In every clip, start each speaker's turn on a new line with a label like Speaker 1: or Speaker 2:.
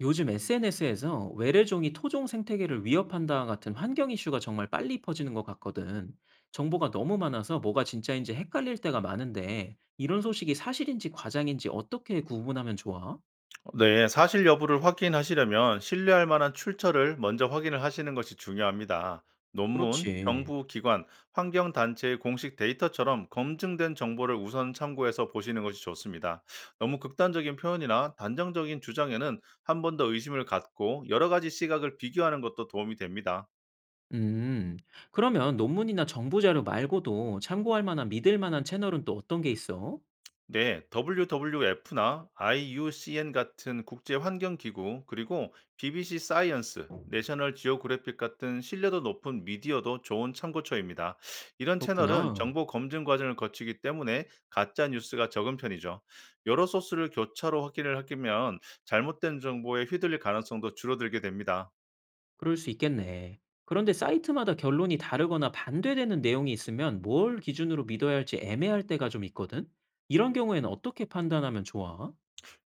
Speaker 1: 요즘 SNS에서 외래종이 토종 생태계를 위협한다 같은 환경 이슈가 정말 빨리 퍼지는 것 같거든. 정보가 너무 많아서 뭐가 진짜인지 헷갈릴 때가 많은데, 이런 소식이 사실인지 과장인지 어떻게 구분하면 좋아?
Speaker 2: 네, 사실 여부를 확인하시려면 신뢰할 만한 출처를 먼저 확인을 하시는 것이 중요합니다. 논문,
Speaker 1: 그렇지.
Speaker 2: 정부 기관, 환경 단체의 공식 데이터처럼 검증된 정보를 우선 참고해서 보시는 것이 좋습니다. 너무 극단적인 표현이나 단정적인 주장에는 한 번 더 의심을 갖고 여러 가지 시각을 비교하는 것도 도움이 됩니다.
Speaker 1: 음, 그러면 논문이나 정보 자료 말고도 참고할 만한 믿을 만한 채널은 또 어떤 게 있어?
Speaker 2: 네, WWF나 IUCN 같은 국제 환경 기구, 그리고 BBC 사이언스, 내셔널 지오그래픽 같은 신뢰도 높은 미디어도 좋은 참고처입니다. 이런 채널은
Speaker 1: 그렇구나.
Speaker 2: 정보 검증 과정을 거치기 때문에 가짜 뉴스가 적은 편이죠. 여러 소스를 교차로 확인을 하면 잘못된 정보에 휘둘릴 가능성도 줄어들게 됩니다.
Speaker 1: 그럴 수 있겠네. 그런데 사이트마다 결론이 다르거나 반대되는 내용이 있으면 뭘 기준으로 믿어야 할지 애매할 때가 좀 있거든? 이런 경우에는 어떻게 판단하면 좋아?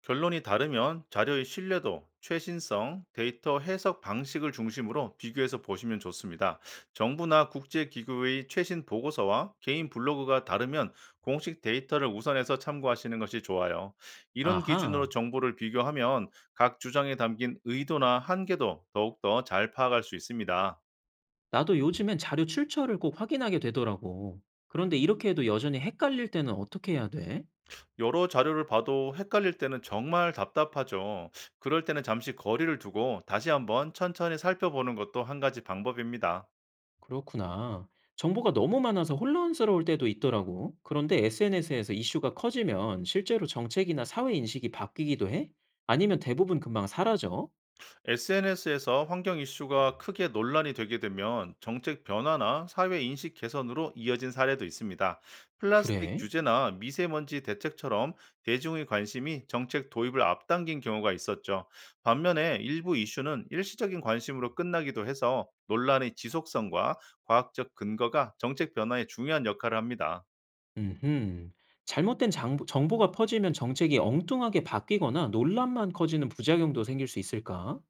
Speaker 2: 결론이 다르면 자료의 신뢰도, 최신성, 데이터 해석 방식을 중심으로 비교해서 보시면 좋습니다. 정부나 국제기구의 최신 보고서와 개인 블로그가 다르면 공식 데이터를 우선해서 참고하시는 것이 좋아요. 이런 기준으로
Speaker 1: 아하,
Speaker 2: 정보를 비교하면 각 주장에 담긴 의도나 한계도 더욱더 잘 파악할 수 있습니다.
Speaker 1: 나도 요즘엔 자료 출처를 꼭 확인하게 되더라고. 그런데 이렇게 해도 여전히 헷갈릴 때는 어떻게 해야 돼?
Speaker 2: 여러 자료를 봐도 헷갈릴 때는 정말 답답하죠. 그럴 때는 잠시 거리를 두고 다시 한번 천천히 살펴보는 것도 한 가지 방법입니다.
Speaker 1: 그렇구나. 정보가 너무 많아서 혼란스러울 때도 있더라고. 그런데 SNS에서 이슈가 커지면 실제로 정책이나 사회 인식이 바뀌기도 해? 아니면 대부분 금방 사라져?
Speaker 2: SNS에서 환경 이슈가 크게 논란이 되게 되면 정책 변화나 사회 인식 개선으로 이어진 사례도 있습니다. 플라스틱
Speaker 1: 그래?
Speaker 2: 규제나 미세먼지 대책처럼 대중의 관심이 정책 도입을 앞당긴 경우가 있었죠. 반면에 일부 이슈는 일시적인 관심으로 끝나기도 해서 논란의 지속성과 과학적 근거가 정책 변화에 중요한 역할을 합니다.
Speaker 1: 음흠. 잘못된 장보 정보가 퍼지면 정책이 엉뚱하게 바뀌거나 논란만 커지는 부작용도 생길 수 있을까?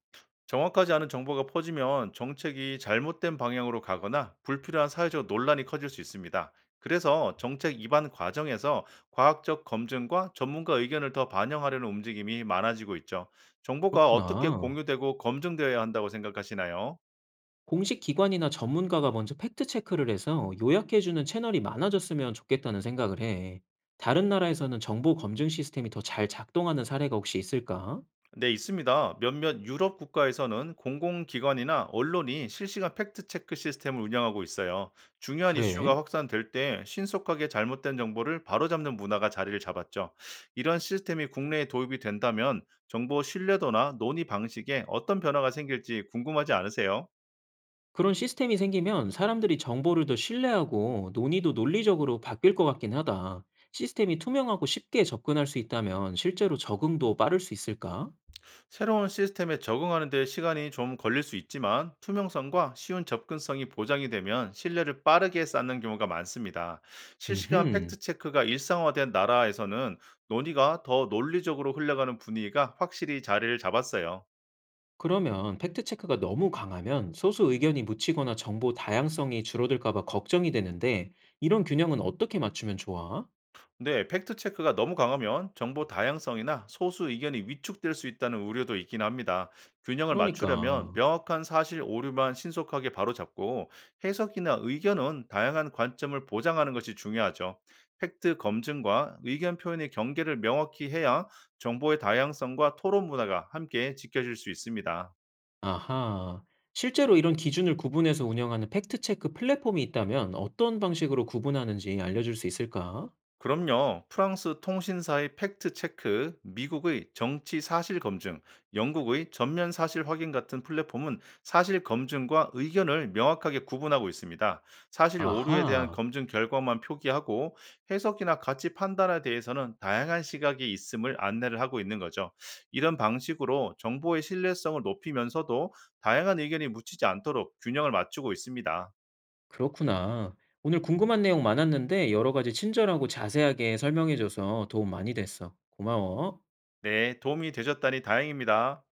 Speaker 2: 정확하지 않은 정보가 퍼지면 정책이 잘못된 방향으로 가거나 불필요한 사회적 논란이 커질 수 있습니다. 그래서 정책 입안 과정에서 과학적 검증과 전문가 의견을 더 반영하려는 움직임이 많아지고 있죠. 정보가 어떻게
Speaker 1: 그렇구나.
Speaker 2: 공유되고 검증되어야 한다고 생각하시나요?
Speaker 1: 공식 기관이나 전문가가 먼저 팩트 체크를 해서 요약해 주는 채널이 많아졌으면 좋겠다는 생각을 해. 다른 나라에서는 정보 검증 시스템이 더 잘 작동하는 사례가 혹시 있을까?
Speaker 2: 네, 있습니다. 몇몇 유럽 국가에서는 공공기관이나 언론이 실시간 팩트체크 시스템을 운영하고 있어요. 중요한
Speaker 1: 그래?
Speaker 2: 이슈가 확산될 때 신속하게 잘못된 정보를 바로잡는 문화가 자리를 잡았죠. 이런 시스템이 국내에 도입이 된다면 정보 신뢰도나 논의 방식에 어떤 변화가 생길지 궁금하지 않으세요?
Speaker 1: 그런 시스템이 생기면 사람들이 정보를 더 신뢰하고 논의도 논리적으로 바뀔 것 같긴 하다. 시스템이 투명하고 쉽게 접근할 수 있다면 실제로 적응도 빠를 수 있을까?
Speaker 2: 새로운 시스템에 적응하는 데 시간이 좀 걸릴 수 있지만 투명성과 쉬운 접근성이 보장이 되면 신뢰를 빠르게 쌓는 경우가 많습니다. 실시간
Speaker 1: 음흠.
Speaker 2: 팩트체크가 일상화된 나라에서는 논의가 더 논리적으로 흘러가는 분위기가 확실히 자리를 잡았어요.
Speaker 1: 그러면 팩트체크가 너무 강하면 소수 의견이 묻히거나 정보 다양성이 줄어들까봐 걱정이 되는데 이런 균형은 어떻게 맞추면 좋아?
Speaker 2: 네, 팩트 체크가 너무 강하면 정보 다양성이나 소수 의견이 위축될 수 있다는 우려도 있긴 합니다. 균형을 맞추려면
Speaker 1: 그러니까.
Speaker 2: 명확한 사실 오류만 신속하게 바로잡고 해석이나 의견은 다양한 관점을 보장하는 것이 중요하죠. 팩트 검증과 의견 표현의 경계를 명확히 해야 정보의 다양성과 토론 문화가 함께 지켜질 수 있습니다.
Speaker 1: 아하. 실제로 이런 기준을 구분해서 운영하는 팩트체크 플랫폼이 있다면 어떤 방식으로 구분하는지 알려줄 수 있을까?
Speaker 2: 그럼요. 프랑스 통신사의 팩트 체크, 미국의 정치 사실 검증, 영국의 전면 사실 확인 같은 플랫폼은 사실 검증과 의견을 명확하게 구분하고 있습니다. 사실 오류에 대한
Speaker 1: 아하.
Speaker 2: 검증 결과만 표기하고 해석이나 가치 판단에 대해서는 다양한 시각이 있음을 안내를 하고 있는 거죠. 이런 방식으로 정보의 신뢰성을 높이면서도 다양한 의견이 묻히지 않도록 균형을 맞추고 있습니다.
Speaker 1: 그렇구나. 오늘 궁금한 내용 많았는데 여러 가지 친절하고 자세하게 설명해줘서 도움 많이 됐어. 고마워.
Speaker 2: 네, 도움이 되셨다니 다행입니다.